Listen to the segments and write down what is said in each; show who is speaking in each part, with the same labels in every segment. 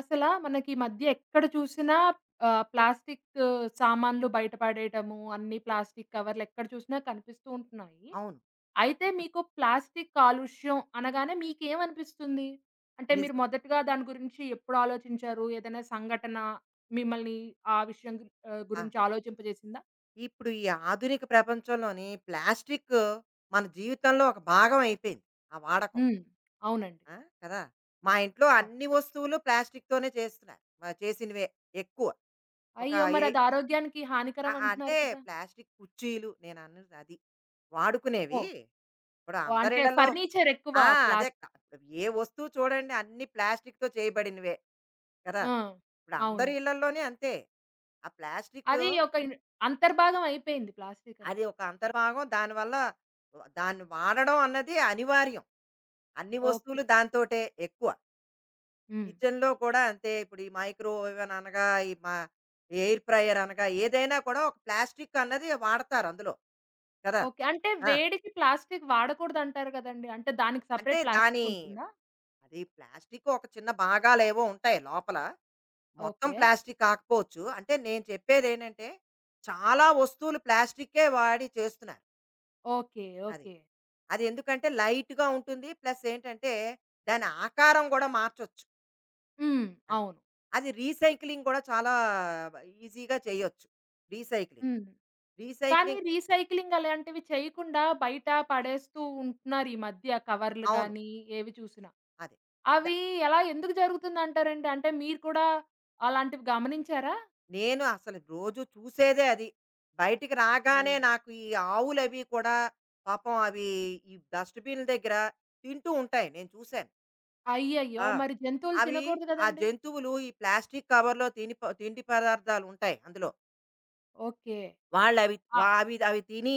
Speaker 1: అసలా మనకి ఈ మధ్య ఎక్కడ చూసినా ప్లాస్టిక్ సామాన్లు బయట పడేయటము, అన్ని ప్లాస్టిక్ కవర్లు ఎక్కడ చూసినా కనిపిస్తూ ఉంటున్నాయి.
Speaker 2: అవును.
Speaker 1: అయితే మీకు ప్లాస్టిక్ కాలుష్యం అనగానే మీకేమనిపిస్తుంది? అంటే
Speaker 2: నిజ
Speaker 1: మీరు మొదటగా దాని గురించి ఎప్పుడు ఆలోచించారు? ఏదైనా సంఘటన మిమ్మల్ని ఆ విషయం
Speaker 2: ఆ!
Speaker 1: గురించి ఆలోచింపజేసిందా?
Speaker 2: ఇప్పుడు ఈ ఆధునిక ప్రపంచంలోని ప్లాస్టిక్ మన జీవితంలో ఒక భాగం అయిపోయింది. ఆ వాడకం.
Speaker 1: హ్మ్. అవునండి.
Speaker 2: ఆ! కదా! మా ఇంట్లో
Speaker 1: అవును.
Speaker 2: అన్ని వస్తువులు ప్లాస్టిక్‌తోనే చేస్తున్నారు. చేసినవే ఎక్కువ. ఒక
Speaker 1: అయ్యో!
Speaker 2: ఏ
Speaker 1: మరది ఆరోగ్యానికి
Speaker 2: అ
Speaker 1: హానికరం
Speaker 2: అంటే
Speaker 1: అంటున్నారు కదా!
Speaker 2: ప్లాస్టిక్ కుర్చీలు నేనన్నది అది. వాడుకునేవి.
Speaker 1: ఓహ్!
Speaker 2: ఇప్పుడు
Speaker 1: ఓహ్! అంటే
Speaker 2: అందరిళ్ళలో
Speaker 1: ఫర్నిచర్ ఎక్కువ
Speaker 2: ఆ! అదే
Speaker 1: ప్లాస్
Speaker 2: క ఏ వస్తువు చూడండి అన్ని ప్లాస్టిక్‌తో చేయబడినవే. కదా!
Speaker 1: ఆ!
Speaker 2: ఇప్పుడు అందరి
Speaker 1: అవును.
Speaker 2: ఇళ్లల్లోనే అంతే. ఆ ప్లాస్టికు
Speaker 1: అది ఒక ఇన్ అంతర్భాగం అయిపోయింది ప్లాస్టిక్
Speaker 2: అది
Speaker 1: అనేది.
Speaker 2: ఒక అంతర్భాగం. దానివల్ల దాన్ని వాడడం అన్నది అనివార్యం. అన్ని
Speaker 1: ఓకే.
Speaker 2: వస్తువులు దాంతోటే ఎక్కువ.
Speaker 1: హ్మ్.
Speaker 2: కిచెన్‌లో కూడా అంతే. ఇప్పుడు ఈ మైక్రోవేవ్ అని అనగా, ఈ మ ఎయిర్ ఫ్రైయర్ అనగా ఏదైనా కూడా ఒక ప్లాస్టిక్ అన్నది వాడతారు అందులో కదా!
Speaker 1: ఓకే. అంటే
Speaker 2: ఆ!
Speaker 1: వేడికి ప్లాస్టిక్ వాడకూడదంటారు గదండీ! అంటే దానికి
Speaker 2: అంటే
Speaker 1: సెపరేట్ ప్లాస్టిక్ ఉంటుందా?
Speaker 2: అది ప్లాస్టిక్ ఒక చిన్న భాగాలేవో ఉంటాయి లోపల. మొత్తం
Speaker 1: ఓకే.
Speaker 2: ప్లాస్టిక్ కాకపోవచ్చు. అంటే నేను చెప్పేదేంటంటే చాలా వస్తువులు ప్లాస్టిక్కే వాడి చేస్తున్నారు.
Speaker 1: ఓకే.
Speaker 2: అది.
Speaker 1: ఓకే.
Speaker 2: అది ఎందుకంటే లైట్‌గా ఉంటుంది. ప్లస్ ఏంటంటే దాని ఆకారం గూడా మార్చొచ్చు.
Speaker 1: హ్మ్.
Speaker 2: అది.
Speaker 1: అవును.
Speaker 2: అది రీసైక్లింగ్ గూడా చాలా ఈజీగా చేయొచ్చు. రీసైక్లింగ్.
Speaker 1: హ్మ్. కానీ
Speaker 2: రీసైక్లింగ్
Speaker 1: రీసైక్లింగ్ అలాంటివి చేయకుండా బయట పడేస్తూ ఉంటున్నారు ఈ మధ్య కవర్లు
Speaker 2: అవును.
Speaker 1: గానీ, ఏవి చూసినా.
Speaker 2: అదే. ద
Speaker 1: అవి ఎలా ఎందుకు జరుగుతుందంటారండి? అంటే మీరు కూడా అలాంటివి గమనించారా?
Speaker 2: నేను అసలు రోజు చూసేదే అది. బయటికి రాగానే
Speaker 1: హ్మ్.
Speaker 2: నాకు ఈ ఆవులవి కూడా పాపం అవి ఈ డస్ట్ బిన్‌ల దగ్గర తింటూ ఉంటాయి. నేను చూసాను.
Speaker 1: అయ్యయ్యో!
Speaker 2: ఆ!
Speaker 1: మరి జంతువులు
Speaker 2: అవి
Speaker 1: తినకూడదు
Speaker 2: ఆ
Speaker 1: గదండీ!
Speaker 2: జంతువులు ఈ ప్లాస్టిక్ కవర్‌లో తిని తిండి పదార్థాలుంటాయి అందులో.
Speaker 1: ఓకే.
Speaker 2: వాళ్ళవి
Speaker 1: ఆ!
Speaker 2: వా అవి అవి తిని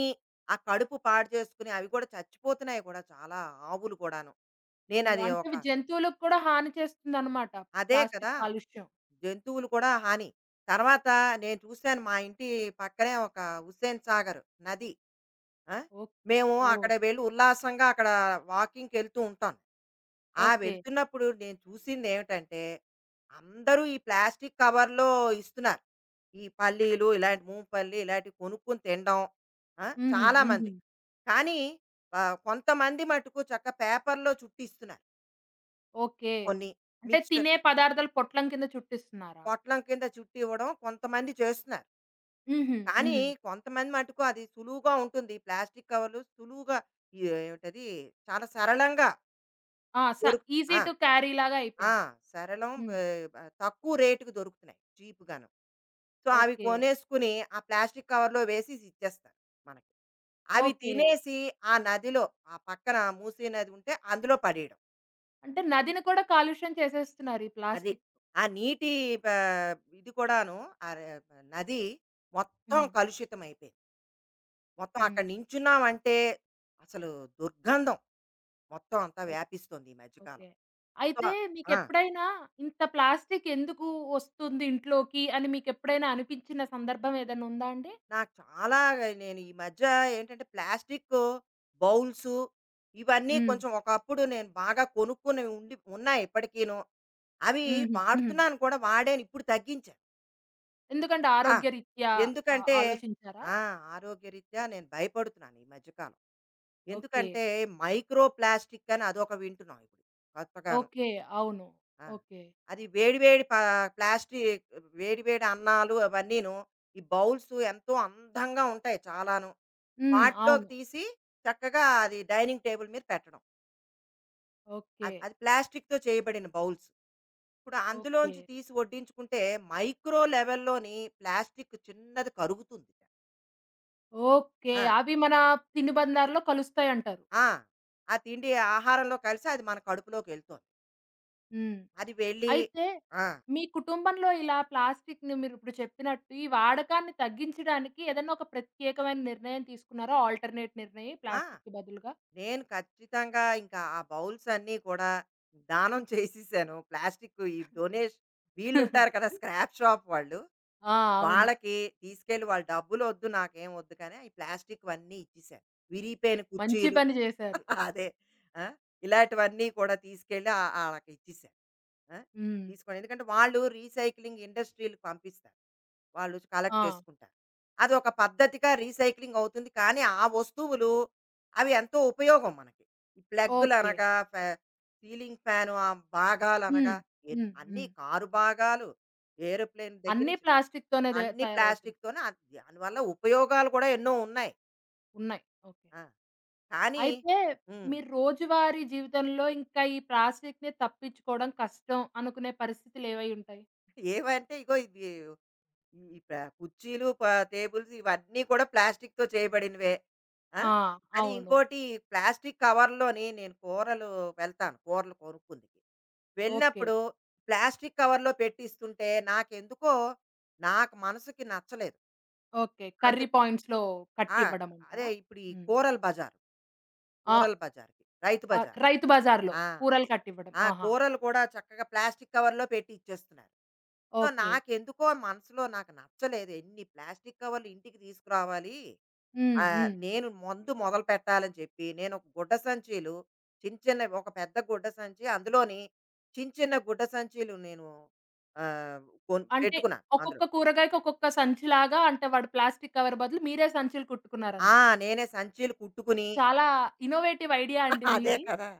Speaker 2: ఆ కడుపు పాడు చేసుకుని అవి కూడా చచ్చిపోతున్నాయి కూడా చాలా ఆవులు కూడాను.
Speaker 1: అయ్యో!
Speaker 2: నేనది
Speaker 1: అంటే
Speaker 2: ఒక
Speaker 1: ఇవి జంతువులకు కూడా హాని చేస్తుందనమాట.
Speaker 2: అదే కదా!
Speaker 1: ప్లాస్టిక్ కాలుష్యం.
Speaker 2: జంతువులు కూడా హాని. తర్వాత నేను చూశాను మా ఇంటి పక్కనే ఒక హుస్సేన్ సాగర్ నది. ఆ!
Speaker 1: ఓహ్!
Speaker 2: మేము
Speaker 1: ఓహ్!
Speaker 2: అక్కడ వెళ్ళి ఉల్లాసంగా అక్కడ వాకింగ్‌కెళ్తూ ఉంటాను.
Speaker 1: ఓకే.
Speaker 2: వెళ్తున్నప్పుడు నేను చూసిందేమిటంటే, అందరూ ఈ ప్లాస్టిక్ కవర్‌లో ఇస్తున్నారు. ఈ పల్లీలు, ఇలాంటి మూంపల్లి ఇలాంటివి కొనుక్కొని తినడం. ఆ!
Speaker 1: హుహు. హుహు.
Speaker 2: చాలామంది. కానీ కొంతమంది మటుకు చక్కగా పేపర్‌లో చుట్టి ఇస్తున్నారు.
Speaker 1: ఓకే.
Speaker 2: కొన్ని
Speaker 1: అంటే
Speaker 2: మిక్స్చర్
Speaker 1: తినే పదార్థాలు పొట్లం కింద చుట్టిస్తున్నారా?
Speaker 2: పొట్లం కింద చుట్టి ఇవ్వడం కొంతమంది చేస్తున్నారు.
Speaker 1: హుహు.
Speaker 2: కానీ
Speaker 1: హుహు.
Speaker 2: కొంతమంది మటుకు అది సులువుగా ఉంటుంది. ప్లాస్టిక్ కవర్‌లు సులువుగా ఈ- ఏమిటది చాలా సరళంగా
Speaker 1: ఆ!
Speaker 2: దొరుకు
Speaker 1: ఈజీ
Speaker 2: ఆ!
Speaker 1: టు క్యారీ లాగా
Speaker 2: ఆ!
Speaker 1: అయిపోయింది.
Speaker 2: సరళం
Speaker 1: హ్మ్.
Speaker 2: బే తక్కువ రేట్‌కి దొరుకుతున్నాయి. చీప్‌గాను. సో, అవి
Speaker 1: ఓకే.
Speaker 2: కొనేసుకొని ఆ ప్లాస్టిక్ కవర్‌లో వేసేసి ఇచ్చేస్తారు మనకి. అవి
Speaker 1: ఓకే.
Speaker 2: తినేసి ఆ నదిలో ఆ పక్కన మూసీ నది ఉంటే అందులో పడేయడం.
Speaker 1: అంటే నదిని కూడా కాలుష్యం చేసేస్తున్నారు ఈ
Speaker 2: అది.
Speaker 1: ప్లాస్టిక్.
Speaker 2: ఆ నీటి ప ఇది కూడాను ఆ ర నది మొత్తం
Speaker 1: హ్మ్.
Speaker 2: కలుషితమైపోయింది. మొత్తం
Speaker 1: హ్మ్.
Speaker 2: అక్కడ నించున్నామంటే అసలు దుర్గంధం మొత్తం అంతా
Speaker 1: ఓహ్!
Speaker 2: వ్యాపిస్తుంది ఈ మధ్య
Speaker 1: ఓకే.
Speaker 2: కాలం. సో
Speaker 1: అయితే
Speaker 2: ఆ!
Speaker 1: మీకెప్పుడైనా ఇంత ప్లాస్టిక్ ఎందుకు వస్తుంది ఇంట్లోకి అని మీకెప్పుడైనా అనిపించిన సందర్భం ఏదైనా ఉందా అండి?
Speaker 2: నాకు చాలా నేను ఈ మధ్య ఏంటంటే ప్లాస్టిక్ బౌల్స్ ఇవన్నీ
Speaker 1: హ్మ్.
Speaker 2: కొంచెం ఒకప్పుడు నేను బాగా కొనుక్కుని ఉండి ఉన్నాయి ఇప్పటికీను. అవి
Speaker 1: హుహు. హుహు.
Speaker 2: వాడుతున్నాను కూడా వాడాను ఇప్పుడు తగ్గించాను.
Speaker 1: ఎందుకంటే
Speaker 2: ఆ!
Speaker 1: ఆరోగ్యరీత్యా
Speaker 2: ఎందుకంటే
Speaker 1: ఆలోచించారా?
Speaker 2: ఆ! ఆరోగ్యరీత్యా నేను భయపడుతున్నాను ఈ మధ్య కాలం.
Speaker 1: ఓకే.
Speaker 2: ఎందుకంటే మైక్రో ప్లాస్టిక్ అని అదొక వింటున్నాం ఇప్పుడు కొత్తగాను.
Speaker 1: ఓకే. అవును.
Speaker 2: ఆ!
Speaker 1: ఓకే.
Speaker 2: అది వేడి వేడి ప్లాస్టిక్ వేడి వేడి అన్నాలు అవన్నీను. ఈ బౌల్స్ ఎంతో అందంగా ఉంటాయి చాలాను.
Speaker 1: హ్మ్.
Speaker 2: వాటిలోకి
Speaker 1: అవును.
Speaker 2: తీసి చక్కగా అది డైనింగ్ టేబుల్ మీద పెట్టడం.
Speaker 1: ఓకే.
Speaker 2: అది అది ప్లాస్టిక్‌తో చేయబడిన బౌల్స్. ఇప్పుడు
Speaker 1: ఓకే.
Speaker 2: అందులోంచి తీసి వడ్డించుకుంటే మైక్రో లెవెల్‌లోని ప్లాస్టిక్ చిన్నది కరుగుతుంది.
Speaker 1: ఓకే.
Speaker 2: ఆ!
Speaker 1: అవి మన తినుబండారాల్లో కలుస్తాయంటారు.
Speaker 2: ఆ! ఆ తిండి ఆహారంలో కలిసి అది మన కడుపులోకెళ్తోంది.
Speaker 1: హ్మ్.
Speaker 2: అది వెళ్ళి
Speaker 1: అయితే
Speaker 2: ఆ!
Speaker 1: మీ కుటుంబంలో ఇలా ప్లాస్టిక్‌ని మీరిప్పుడు చెప్పినట్టు ఈ వాడకాన్ని తగ్గించడానికి ఏదన్నా ఒక ప్రత్యేకమైన నిర్ణయం తీసుకున్నారా? ఆల్టర్‌నేట్ నిర్ణయం
Speaker 2: ఆ!
Speaker 1: ప్లాస్టిక్‌కి బదులుగా?
Speaker 2: నేను ఖచ్చితంగా ఇంకా ఆ బౌల్స్ అన్నీ కూడా దానం చేసేసాను. ప్లాస్టిక్ ఈ డొనేషన్ వీళ్ళుంటారు కదా! స్క్రాప్ షాప్ వాళ్ళు.
Speaker 1: ఆ! అవును.
Speaker 2: వాళ్ళకి తీసుకెళ్ళి వాళ్ళ డబ్బులు వద్దు నాకేం వద్దు కానీ ఈ ప్లాస్టిక్ అన్నీ ఇచ్చేసారు. విరిగిపోయిన
Speaker 1: మంచి
Speaker 2: కుర్చీలు
Speaker 1: పని చేశారు.
Speaker 2: అదే. ఆ! ఇలాంటివన్నీ కూడా తీసుకెళ్ళి ఆ ఆళ్ళకి ఇచ్చేసారు. ఆ!
Speaker 1: హ్మ్.
Speaker 2: తీసుకొని ఎందుకంటే వాళ్ళు రీసైక్లింగ్ ఇండస్ట్రీ‌లకి పంపిస్తారు. వాళ్ళు కలెక్ట్
Speaker 1: ఆ!
Speaker 2: చేసుకుంటారు. అదొక పద్ధతిగా రీసైక్లింగ్ అవుతుంది. కానీ ఆ వస్తువులు అవి ఎంతో ఉపయోగం మనకి. ఈ
Speaker 1: ఓకే.
Speaker 2: ప్లగ్గులనగా ఫె సీలింగ్ ఫ్యాను భాగాలనగా
Speaker 1: హ్మ్. హ్మ్.
Speaker 2: అన్నీ
Speaker 1: హ్మ్.
Speaker 2: కారు భాగాలు, ఏరోప్లేన్ దగ్గర
Speaker 1: అన్నీ ప్లాస్టిక్‌తోనే
Speaker 2: అన్ని
Speaker 1: తయారవుతున్నాయి.
Speaker 2: ప్లాస్టిక్‌తోనే దానివల్ల ఉపయోగాలు కూడా ఎన్నో ఉన్నాయి.
Speaker 1: ఉన్నాయి. ఓకే.
Speaker 2: ఆ! కానీ
Speaker 1: అయితే
Speaker 2: హ్మ్.
Speaker 1: మీరు రోజువారీ జీవితంలో ఇంకా ఈ ప్లాస్టిక్‌ని తప్పించుకోవడం కష్టం అనుకునే పరిస్థితులేవై ఉంటాయి?
Speaker 2: ఏవంటే ఇగో ఇవి ఈ ప కుర్చీలు, టేబుల్స్ ఇవన్నీ కూడా ప్లాస్టిక్‌తో చేయబడినవే. ఆ!
Speaker 1: ఆ!
Speaker 2: అది
Speaker 1: అవును.
Speaker 2: ఇంకోటి ప్లాస్టిక్ కవర్‌లోని నేను కూరలు వెళ్తాను కూరలు కొనుక్కుందుకి.
Speaker 1: ఓకే.
Speaker 2: వెళ్ళినప్పుడు ప్లాస్టిక్ కవర్‌లో పెట్టిస్తుంటే నాకెందుకో నాకు మనసుకి నచ్చలేదు.
Speaker 1: ఓకే.
Speaker 2: అందు
Speaker 1: కర్రీ పాయింట్స్‌లో
Speaker 2: ఆ!
Speaker 1: కట్టివ్వడం
Speaker 2: అదే
Speaker 1: అంటారా?
Speaker 2: ఇప్పుడు ఈ
Speaker 1: హ్మ్.
Speaker 2: కూరల బజారు,
Speaker 1: ఆ!
Speaker 2: కూరల బజార్‌కి రైతు బజార్.
Speaker 1: రైతు బజార్‌లో
Speaker 2: ఆ!
Speaker 1: కూరలు కట్టివ్వడం.
Speaker 2: ఆ!
Speaker 1: ఆహా!
Speaker 2: కూరలు కూడా చక్కగా ప్లాస్టిక్ కవర్‌లో పెట్టి ఇచ్చేస్తున్నారు. So,
Speaker 1: okay.
Speaker 2: నాకెందుకో మనసులో నాకు నచ్చలేదు. ఎన్ని ప్లాస్టిక్ కవర్‌లు ఇంటికి తీసుకురావాలి.
Speaker 1: హ్మ్. హ్మ్.
Speaker 2: నేను ముందు మొదలుపెట్టాలని చెప్పి నేను ఒక గుడ్డ సంచీలు చిన్న చిన్న ఒక పెద్ద గుడ్డ సంచి అందులోని చిన్న చిన్న గుడ్డ సంచీలు నేను ఆహ్,
Speaker 1: అంటే
Speaker 2: పెట్టుకున్నాను అందులో.
Speaker 1: ఒక్కొక్క కూరగాయకి ఒక్కొక్క సంచిలాగా అంటే వాడు ప్లాస్టిక్ కవర్ బదులు మీరే సంచులు
Speaker 2: ఆ!
Speaker 1: కుట్టుకున్నారనమాట.
Speaker 2: నేనే సంచీలు కుట్టుకుని
Speaker 1: చాలా ఇన్నోవేటివ్ ఐడియా అండి
Speaker 2: అదే
Speaker 1: మీది.
Speaker 2: కదా!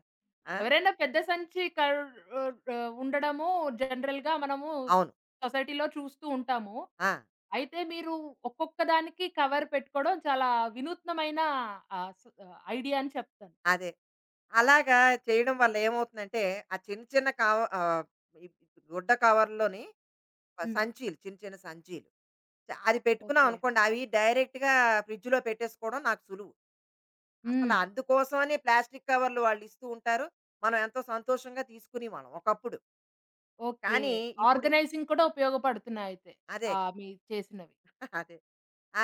Speaker 2: ఆ!
Speaker 1: ఎవరైనా పెద్ద సంచి ఉండడము జనరల్‌గా మనము
Speaker 2: అవును.
Speaker 1: సొసైటీలో చూస్తూ ఉంటాము.
Speaker 2: ఆ!
Speaker 1: అయితే మీరు ఒక్కొక్క దానికి కవర్ పెట్టుకోవడం చాలా వినూత్నమైన ఐడియా అని చెప్తాను.
Speaker 2: అదే. అలాగా చేయడం వల్ల ఏమవుతుందంటే, ఆ చిన్న చిన్న కవ ఈ గుడ్డ కవర్‌లోని
Speaker 1: హ్మ్.
Speaker 2: సంచీలు చిన్న చిన్న సంచీలు. అది పెట్టుకున్నాం
Speaker 1: ఓకే.
Speaker 2: అనుకోండి, అవి డైరెక్ట్‌గా ఫ్రిడ్జ్‌లో పెట్టేసుకోవడం నాకు సులువు. అసలు
Speaker 1: హ్మ్.
Speaker 2: అందుకోసమని ప్లాస్టిక్ కవర్‌లు వాళ్ళు ఇస్తూ ఉంటారు. మనం ఎంతో సంతోషంగా తీసుకునేవాళ్ళం ఒకప్పుడు.
Speaker 1: ఓకే.
Speaker 2: కానీ ఇప్పుడు
Speaker 1: ఆర్గనైజింగ్ కూడా ఉపయోగపడుతున్నాయితే.
Speaker 2: అదే.
Speaker 1: మీరు చేసినవి.
Speaker 2: అదే.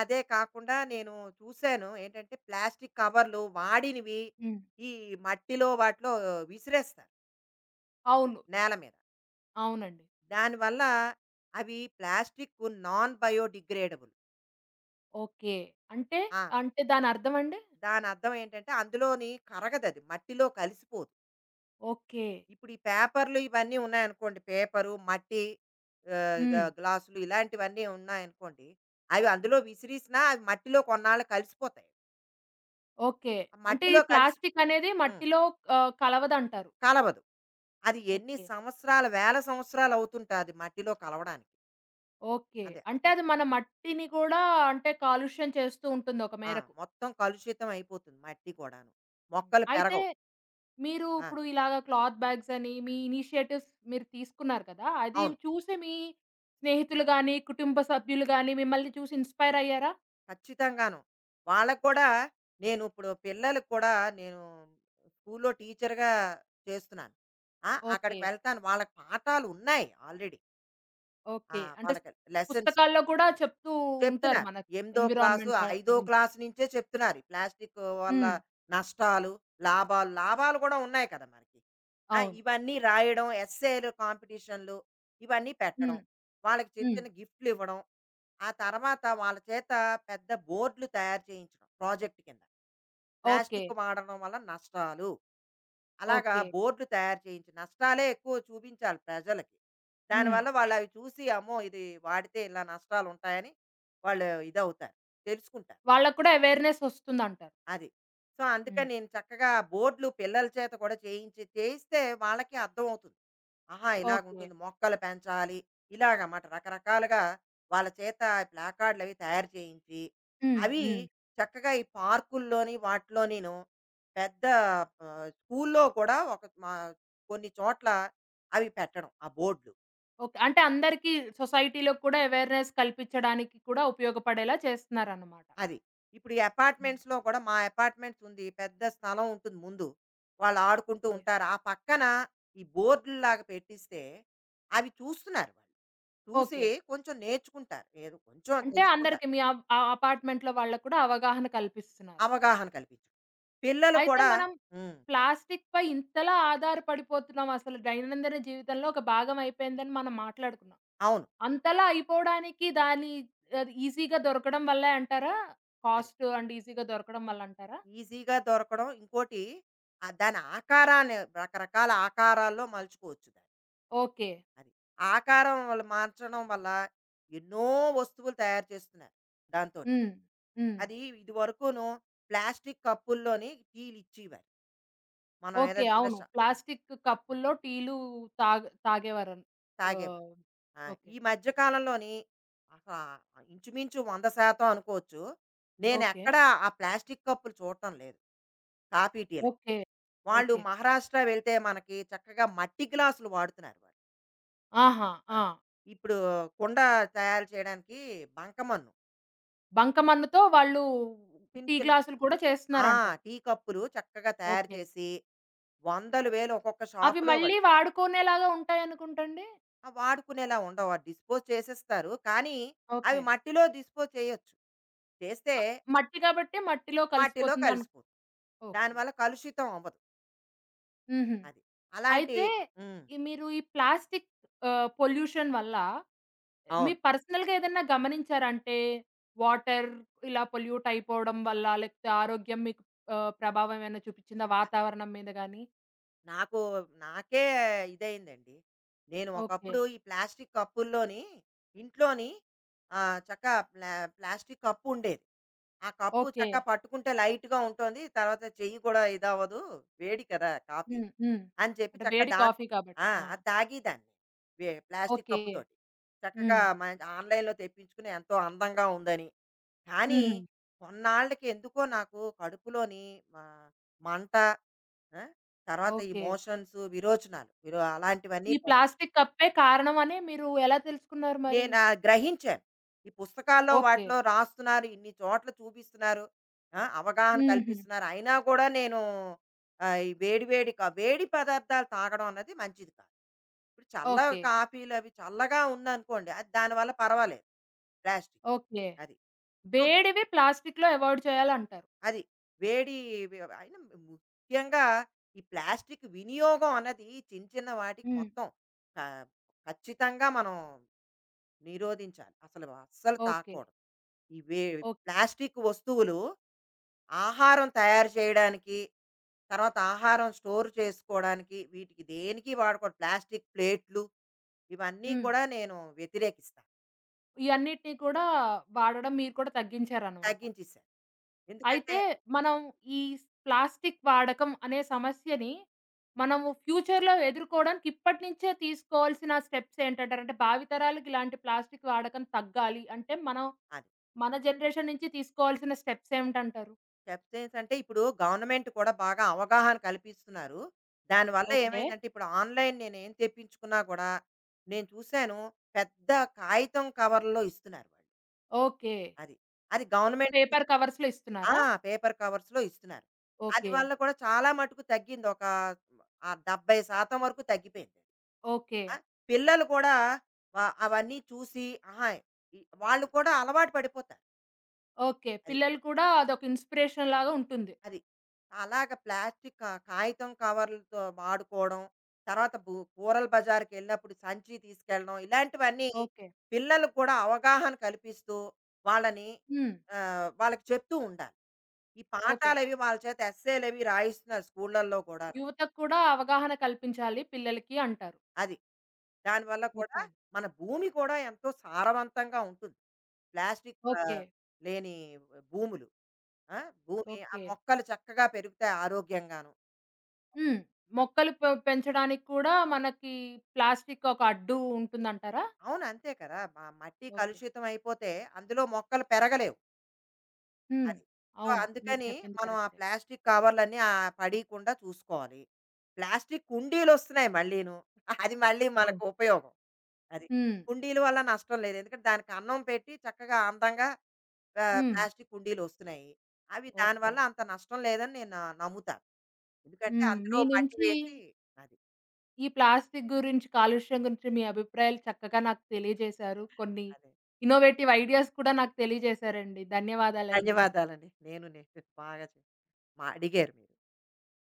Speaker 2: అదే కాకుండా నేను చూసాను ఏంటంటే, ప్లాస్టిక్ కవర్‌లు వాడినవి
Speaker 1: హ్మ్.
Speaker 2: ఈ మట్టిలో వాటిలో విసిరేస్తారు.
Speaker 1: అవును.
Speaker 2: నేల మీద.
Speaker 1: అవునండి.
Speaker 2: దానివల్ల అవి ప్లాస్టిక్ నాన్ బయోడిగ్రేడబుల్.
Speaker 1: ఓకే. అంటే,
Speaker 2: ఆ!
Speaker 1: అంటే దానర్థమండి?
Speaker 2: దాని అర్థం ఏంటంటే అందులోని కరగదది. మట్టిలో కలిసిపోదు.
Speaker 1: ఓకే.
Speaker 2: ఇప్పుడు ఈ పేపర్‌లు ఇవన్నీ ఉన్నాయనుకోండి. పేపరు, మట్టి
Speaker 1: హ్మ్.
Speaker 2: గ్లాసులు ఇలాంటివన్నీ ఉన్నాయనుకోండి. అవి అందులో విసిరేసినా అవి మట్టిలో కొన్నాళ్ళు కలిసిపోతాయి.
Speaker 1: ఓకే.
Speaker 2: ఆ
Speaker 1: అంటే ఈ
Speaker 2: మట్టిలో కలిసి
Speaker 1: ప్లాస్టిక్ అనేది
Speaker 2: హ్మ్.
Speaker 1: మట్టిలో కలవదంటారు.
Speaker 2: కలవదు. అది ఎన్ని
Speaker 1: ఓకే.
Speaker 2: సంవత్సరాలు, వేల సంవత్సరాలు అవుతుంటాది మట్టిలో కలవడానికి.
Speaker 1: ఓకే.
Speaker 2: అదే
Speaker 1: అంటే
Speaker 2: అసలు
Speaker 1: అది మన మట్టిని కూడా అంటే కాలుష్యం చేస్తూ ఉంటుంది ఒక
Speaker 2: ఆ!
Speaker 1: మేరకు.
Speaker 2: మొత్తం కలుషితం అయిపోతుంది మట్టి కూడాను.
Speaker 1: ఉమ్.
Speaker 2: మొక్కలు
Speaker 1: అయితే
Speaker 2: పెరగవు.
Speaker 1: మీరు
Speaker 2: ఆ!
Speaker 1: ఇప్పుడు ఇలాగ క్లాత్ బ్యాగ్స్ అని మీ ఇనిషియేటివ్స్ మీరు తీసుకున్నారు కదా! అది
Speaker 2: అవును.
Speaker 1: చూసి మీ స్నేహితులు గాని, కుటుంబ సభ్యులు గాని మిమ్మల్ని చూసి ఇన్‌స్పైర్ అయ్యారా?
Speaker 2: ఖచ్చితంగాను. వాళ్ళకి కూడా నేను ఇప్పుడు పిల్లలకి కూడా నేను స్కూల్‌లో టీచర్‌గా చేస్తున్నాను.
Speaker 1: ఓకే.
Speaker 2: అక్కడికి వెళ్తాను. వాళ్ళకి పాఠాలు ఉన్నాయి ఆల్రెడీ. ఆ!
Speaker 1: ఓకే. అంటే స్
Speaker 2: వాళ్ళకి లెసన్స్
Speaker 1: పుస్తకాల్లో కూడా చెప్తూ ఉంటారు
Speaker 2: చెప్తున్నారు.
Speaker 1: మనకి
Speaker 2: ఎనిమిదో క్లాసు,
Speaker 1: ఎన్విరాన్మెంట్
Speaker 2: ఐదో
Speaker 1: గురించి.
Speaker 2: క్లాస్ నుంచే చెప్తున్నారు. ఈ ప్లాస్టిక్ వల్ల
Speaker 1: హ్మ్.
Speaker 2: నష్టాలు, లాభాలు, లాభాలు కూడా ఉన్నాయి కదా మనకి.
Speaker 1: అవును.
Speaker 2: ఇవన్నీ రాయడం, ఎస్సేలు కాంపిటీషన్‌లు ఇవన్నీ పెట్టడం.
Speaker 1: హ్మ్.
Speaker 2: వాళ్ళకి చిన్న
Speaker 1: హ్మ్.
Speaker 2: చిన్న గిఫ్ట్‌లు ఇవ్వడం. ఆ తర్వాత వాళ్ళ చేత పెద్ద బోర్డులు తయారు చేయించడం ప్రాజెక్ట్ కింద.
Speaker 1: ఓకే.
Speaker 2: ప్లాస్టిక్ వాడడం వల్ల నష్టాలు. అలాగా
Speaker 1: ఓకే.
Speaker 2: బోర్డులు తయారు చేయించి నష్టాలే ఎక్కువ చూపించాలి ప్రజలకి.
Speaker 1: హ్మ్.
Speaker 2: దానివల్ల వాళ్ళవి చూసి అమ్మో! ఇది వాడితే ఇలా నష్టాలుంటాయని వాళ్ళు ఇదవుతారు. తెలుసుకుంటారు.
Speaker 1: వాళ్ళకి కూడా అవేర్‌నెస్ వస్తుందంటారు.
Speaker 2: అది. సో,
Speaker 1: హ్మ్.
Speaker 2: అందుకని నేను చక్కగా బోర్డ్‌లు పిల్లల చేత కూడా చేయించి, చేయిస్తే వాళ్ళకి అర్థం అవుతుంది. ఆహా!
Speaker 1: ఓకే.
Speaker 2: ఇలాగుంటుంది. మొక్కలు పెంచాలి. ఇలాగమాట రకరకాలుగా వాళ్ళ చేత ప్లాకార్డ్‌లవి తయారు చేయించి,
Speaker 1: హ్మ్.
Speaker 2: అవి
Speaker 1: హ్మ్.
Speaker 2: చక్కగా ఈ పార్కుల్లోని వాటిలోనిను పెద్ద స్కూల్లో కూడా ఒక మా కొన్ని చోట్ల అవి పెట్టడం ఆ బోర్డ్‌లు.
Speaker 1: ఓకే. అంటే అందరికీ సొసైటీలో కూడా అవేర్‌నెస్ కల్పించడానికి కూడా ఉపయోగపడేలా చేస్తున్నారన్నమాట.
Speaker 2: అది. ఇప్పుడు ఈ
Speaker 1: హ్మ్.
Speaker 2: అపార్ట్మెంట్స్‌లో కూడా మా అపార్ట్మెంట్స్ ఉంది. పెద్ద స్థలం ఉంటుంది ముందు. వాళ్ళు ఆడుకుంటూ
Speaker 1: ఓకే.
Speaker 2: ఉంటారు. ఆ పక్కన ఈ బోర్డుల్లాగా పెట్టిస్తే అవి చూస్తున్నారు వాళ్ళు. చూసి
Speaker 1: ఓకే.
Speaker 2: కొంచెం నేర్చుకుంటారు. ఏదో కొంచెం
Speaker 1: అంటే
Speaker 2: తెలుసుకుంటారు.
Speaker 1: అందరికి మీ అప్ ఆ అపార్ట్‌మెంట్‌లో వాళ్ళకి కూడా అవగాహన కల్పిస్తున్నారు.
Speaker 2: అవగాహన కల్పించడం. పిల్లలు
Speaker 1: అయితే
Speaker 2: కూడా
Speaker 1: మనం
Speaker 2: హ్మ్.
Speaker 1: ప్లాస్టిక్‌పై ఇంతలా ఆధారపడిపోతున్నాం అసలు దైనందిన జీవితంలో ఒక భాగం అయిపోయిందని మనం మాట్లాడుకున్నాం.
Speaker 2: అవును.
Speaker 1: అంతలా అయిపోవడానికి దాని ఈజీగా దొరకడం వల్లే అంటారా?
Speaker 2: అదే.
Speaker 1: కాస్ట్ అండ్ ఈజీగా దొరకడం వల్ల అంటారా?
Speaker 2: ఈజీగా దొరకడం. ఇంకోటి దాని ఆకారాన్ని రకరకాల ఆకారాల్లో మలుచుకోవచ్చు దాన్ని.
Speaker 1: ఓకే.
Speaker 2: అది. ఆకారం వాళ్ళు మార్చడం వల్ల ఎన్నో వస్తువులు తయారు చేస్తున్నారు దాంతోటి.
Speaker 1: హ్మ్. హ్మ్.
Speaker 2: అది ఇదివరకును ప్లాస్టిక్ కప్పుల్లోని టీలు ఇచ్చేవారు. మనం
Speaker 1: ఓకే.
Speaker 2: ఏదైనా చిన్న
Speaker 1: అవును.
Speaker 2: షా
Speaker 1: ప్లాస్టిక్ కప్పుల్లో టీలు తాగేవారన్
Speaker 2: తాగేవారు.
Speaker 1: ఆహ్,
Speaker 2: ఆ!
Speaker 1: ఓకే.
Speaker 2: ఈ మధ్య కాలంలోని అసల ఇంచుమించు 100% అనుకోవచ్చు.
Speaker 1: ఓకే.
Speaker 2: నేనెక్కడా ఆ ప్లాస్టిక్ కప్పులు చూడటం లేదు. కాఫీ, టీలకి.
Speaker 1: ఓకే.
Speaker 2: వాళ్ళు
Speaker 1: ఓకే.
Speaker 2: మహారాష్ట్ర వెళ్తే మనకి చక్కగా మట్టి గ్లాసులు వాడుతున్నారు వాళ్ళు.
Speaker 1: ఆహా!
Speaker 2: ఆ!
Speaker 1: ఆ!
Speaker 2: ఇప్పుడు కుండ తయారు చేయడానికి బంకమన్ను.
Speaker 1: బంకమన్నుతో వాళ్ళు
Speaker 2: చిన్న
Speaker 1: టీ
Speaker 2: చిన్న
Speaker 1: గ్లాసులు కూడా
Speaker 2: ఆ!
Speaker 1: చేస్తున్నారంటారు.
Speaker 2: టీ కప్పులు చక్కగా తయారు
Speaker 1: ఓకే.
Speaker 2: చేసి వందల వేలు ఒక్కొక్క
Speaker 1: అవి
Speaker 2: షాపులో
Speaker 1: మళ్ళీ
Speaker 2: వాళ్ళు
Speaker 1: వాడుకునేలాగా ఉంటాయనుకుంటండి?
Speaker 2: వాడుకునేలా ఉండవు. అది డిస్పోజ్ చేసేస్తారు. కానీ అవి
Speaker 1: ఓకే.
Speaker 2: మట్టిలో డిస్పోజ్ చేయొచ్చు. చేస్తే
Speaker 1: అ
Speaker 2: అది
Speaker 1: మట్టి కాబట్టి మట్టిలో
Speaker 2: మట్టిలో
Speaker 1: కలిసిపోతుందను
Speaker 2: కలిసిపోతుంది.
Speaker 1: ఓకే.
Speaker 2: దానివల్ల కలుషితం అవ్వదు.
Speaker 1: హుహు.
Speaker 2: అది. అలాంటి
Speaker 1: అయితే
Speaker 2: హ్మ్.
Speaker 1: ఈ మీరు ఈ ప్లాస్టిక్ పొల్యూషన్ వల్ల
Speaker 2: అవును.
Speaker 1: మీరు పర్సనల్‌గా ఏదన్నా గమనించారా? అంటే వాటర్ ఇలా పొల్యూట్ అయిపోవడం వల్ల, లేకపోతే ఆరోగ్యం మీకు ప్రభావం ఏమైనా చూపిచ్చిందా
Speaker 2: అ
Speaker 1: వాతావరణం మీద గాని?
Speaker 2: నాకు నాకే ఇదయిందండి. నేను
Speaker 1: ఓకే.
Speaker 2: ఒకప్పుడు ఈ ప్లాస్టిక్ కప్పుల్లోని ఇంట్లోని ఆహ్, చక్క ప్లా ప్లాస్టిక్ కప్పుండేది. ఆ కప్పు
Speaker 1: ఓకే.
Speaker 2: చక్కగా పట్టుకుంటే లైట్‌గా ఉంటుంది. తర్వాత చెయ్యి కూడా ఇదవ్వదు. వేడి కదా కాఫీ.
Speaker 1: హ్మ్. హ్మ్.
Speaker 2: అని చెప్పి
Speaker 1: అంటే
Speaker 2: చక్కగా
Speaker 1: వేడి
Speaker 2: దాన్
Speaker 1: కాఫీ కాబట్టి. ఆ!
Speaker 2: అది తాగేదాన్ని. Plastic
Speaker 1: okay.
Speaker 2: కప్పుతోటి. చక్కగా
Speaker 1: హ్మ్.
Speaker 2: ఆన్‌లైన్‌లో తెప్పించుకుని ఎంతో అందంగా ఉందని. కానీ
Speaker 1: హుహు.
Speaker 2: కొన్నాళ్ళకి ఎందుకో నాకు కడుపులోని మ మంట, ఆ! తర్వాత ఈ
Speaker 1: ఓకే.
Speaker 2: మోషన్స్, విరోచనాలు అలాంటివన్నీ
Speaker 1: ఈ ప్లాస్టిక్ కప్పే కారణం అని మీరు ఎలా తెలుసుకున్నారు మరి?
Speaker 2: నేను ఆ గ్రహించాను. ఈ పుస్తకాల్లో
Speaker 1: ఓకే.
Speaker 2: వాటిలో రాస్తున్నారు. ఇన్ని చోట్ల చూపిస్తున్నారు. అవగాహన
Speaker 1: హుహు.
Speaker 2: కల్పిస్తున్నారు. అయినా కూడా నేను ఈ వేడి వేడి కా వేడి పదార్థాలు తాగడం అన్నది మంచిది కాదు. ఇప్పుడు చల్ల
Speaker 1: ఓకే.
Speaker 2: కాఫీలు అవి చల్లగా ఉందనుకోండి. అది దానివల్ల పర్వాలేదు. Plastic
Speaker 1: okay.
Speaker 2: అది. సో,
Speaker 1: వేడివి ప్లాస్టిక్‌లో అవాయిడ్ చేయాలంటారు.
Speaker 2: అది వేడి అయినా ముఖ్యంగా ఈ ప్లాస్టిక్ వినియోగం అన్నది చిన్న చిన్న వాటికి
Speaker 1: హ్మ్.
Speaker 2: మొత్తం ఆహ్, ఖచ్చితంగా మనం నిరోధించాలి. అసలు అస్సలు
Speaker 1: ఓకే.
Speaker 2: తాగకూడదు. ఇవే
Speaker 1: ఓకే.
Speaker 2: ప్లాస్టిక్ వస్తువులు ఆహారం తయారు చేయడానికి, తర్వాత ఆహారం స్టోర్ చేసుకోవడానికి, వీటికి దేనికి వాడకూడదు. ప్లాస్టిక్ ప్లేట్లు ఇవన్నీ
Speaker 1: హ్మ్.
Speaker 2: కూడా నేను వ్యతిరేకిస్తాను.
Speaker 1: ఇయన్నిటిని కూడా వాడడం మీరు కూడా తగ్గించారనమాట.
Speaker 2: తగ్గించేసాను. ఎందుకంటే
Speaker 1: అయితే మనం ఈ ప్లాస్టిక్ వాడకం అనే సమస్యని మనము ఫ్యూచర్‌లో ఎదుర్కోవడానికి ఇప్పటి నుంచే తీసుకోవాల్సిన స్టెప్స్ ఏంటంటారు? అంటే భావితరాలకి ఇలాంటి ప్లాస్టిక్ వాడకం తగ్గాలి అంటే మనం
Speaker 2: అది
Speaker 1: మన జనరేషన్ నుంచి తీసుకోవాల్సిన స్టెప్స్ ఏమిటంటారు?
Speaker 2: చెప్తే ఏంటంటే ఇప్పుడు గవర్నమెంట్ కూడా బాగా అవగాహన కల్పిస్తున్నారు. దానివల్ల
Speaker 1: ఓకే.
Speaker 2: ఏమైందంటే ఇప్పుడు ఆన్‌లైన్ నేనేం తెప్పించుకున్నా కూడా నేను చూసాను పెద్ద కాగితం కవర్‌లో ఇస్తున్నారు వాళ్ళు.
Speaker 1: ఓకే.
Speaker 2: అది. అది గవర్నమెంట్
Speaker 1: పేపర్ కవర్స్‌లో
Speaker 2: ఆ!
Speaker 1: ఇస్తున్నారా?
Speaker 2: పేపర్ కవర్స్‌లో ఇస్తున్నారు. అది
Speaker 1: ఓకే.
Speaker 2: వల్ల కూడా చాలా మటుకు తగ్గింది. 70% వరకు తగ్గిపోయింది.
Speaker 1: ఓకే.
Speaker 2: ఆ! పిల్లలు కూడా వ అవన్నీ చూసి ఆహా! ఈ వాళ్ళు కూడా అలవాటు పడిపోతారు.
Speaker 1: ఓకే.
Speaker 2: అది.
Speaker 1: పిల్లలు కూడా అదొక ఇన్‌స్పిరేషన్ లాగా ఉంటుంది.
Speaker 2: అది. అలాగ ప్లాస్టిక్ కా కాగితం కవర్లతో వాడుకోవడం, తర్వాత కూరల బజారుకెళ్ళినప్పుడు సంచి తీసుకెళ్ళడం, ఇలాంటివన్నీ
Speaker 1: ఓకే.
Speaker 2: పిల్లలకు కూడా అవగాహన కల్పిస్తూ, వాళ్ళని
Speaker 1: హ్మ్.
Speaker 2: వాళ్ళకి చెప్తూ ఉండాలి. ఈ
Speaker 1: ఓకే.
Speaker 2: పాఠాలవి వాళ్ళ చేత ఎస్సేలవి రాయిస్తున్నారు స్కూళ్ళల్లో కూడాను.
Speaker 1: యువతకు కూడా అవగాహన కల్పించాలి పిల్లలకి అంటారు.
Speaker 2: అది. దానివల్ల
Speaker 1: ఓకే
Speaker 2: కూడా
Speaker 1: అండి.
Speaker 2: మన భూమి కూడా ఎంతో సారవంతంగా ఉంటుంది. Plastic
Speaker 1: okay.
Speaker 2: లేని భూములు. ఆ! భూమి ఆ
Speaker 1: ఓకే.
Speaker 2: మొక్కలు చక్కగా పెరుగుతాయి ఆరోగ్యంగాను.
Speaker 1: హ్మ్. మొక్కలు పెంచడానికి కూడా మనకి ప్లాస్టిక్ ఒక అడ్డు ఉంటుందంటారా?
Speaker 2: అవును అంతే కదా! మట్టి
Speaker 1: ఓకే.
Speaker 2: కలుషితం అయిపోతే అందులో మొక్కలు పెరగలేవు.
Speaker 1: హ్మ్.
Speaker 2: అది. సో,
Speaker 1: అవును. మీరు
Speaker 2: అందుకని
Speaker 1: చెప్పింది
Speaker 2: మనం ఆ
Speaker 1: కరెక్టే.
Speaker 2: ప్లాస్టిక్ కవర్‌లన్నీ పడీకుండా చూసుకోవాలి. ప్లాస్టిక్ కుండీలొస్తున్నాయి మళ్ళీను. అది మళ్ళీ మనకు
Speaker 1: ఓహ్!
Speaker 2: ఉపయోగం. అది.
Speaker 1: హ్మ్.
Speaker 2: కుండీల వల్ల నష్టం లేదు. ఎందుకంటే దానికి అన్నం పెట్టి చక్కగా అందంగా
Speaker 1: హ్మ్.
Speaker 2: ప్లాస్టిక్ కుండీలొస్తున్నాయి. అవి
Speaker 1: ఓకే.
Speaker 2: దానివల్ల అంత నష్టం లేదని నేను నమ్ముతాను. ఎందుకంటే
Speaker 1: హ్మ్.
Speaker 2: అందులో
Speaker 1: మీ
Speaker 2: మట్టి
Speaker 1: నుంచి
Speaker 2: వేసి అది.
Speaker 1: ఈ ప్లాస్టిక్ గురించి, కాలుష్యం గురించి మీ అభిప్రాయాలు చక్కగా నాకు తెలియజేశారు. కొన్ని
Speaker 2: అదే.
Speaker 1: ఇన్నోవేటివ్ ఐడియాస్ కూడా నాకు తెలియజేశారండి. ధన్యవాదాలండి.
Speaker 2: ధన్యవాదాలండి. నేను నేను బాగా చె మా అడిగారు మీరు.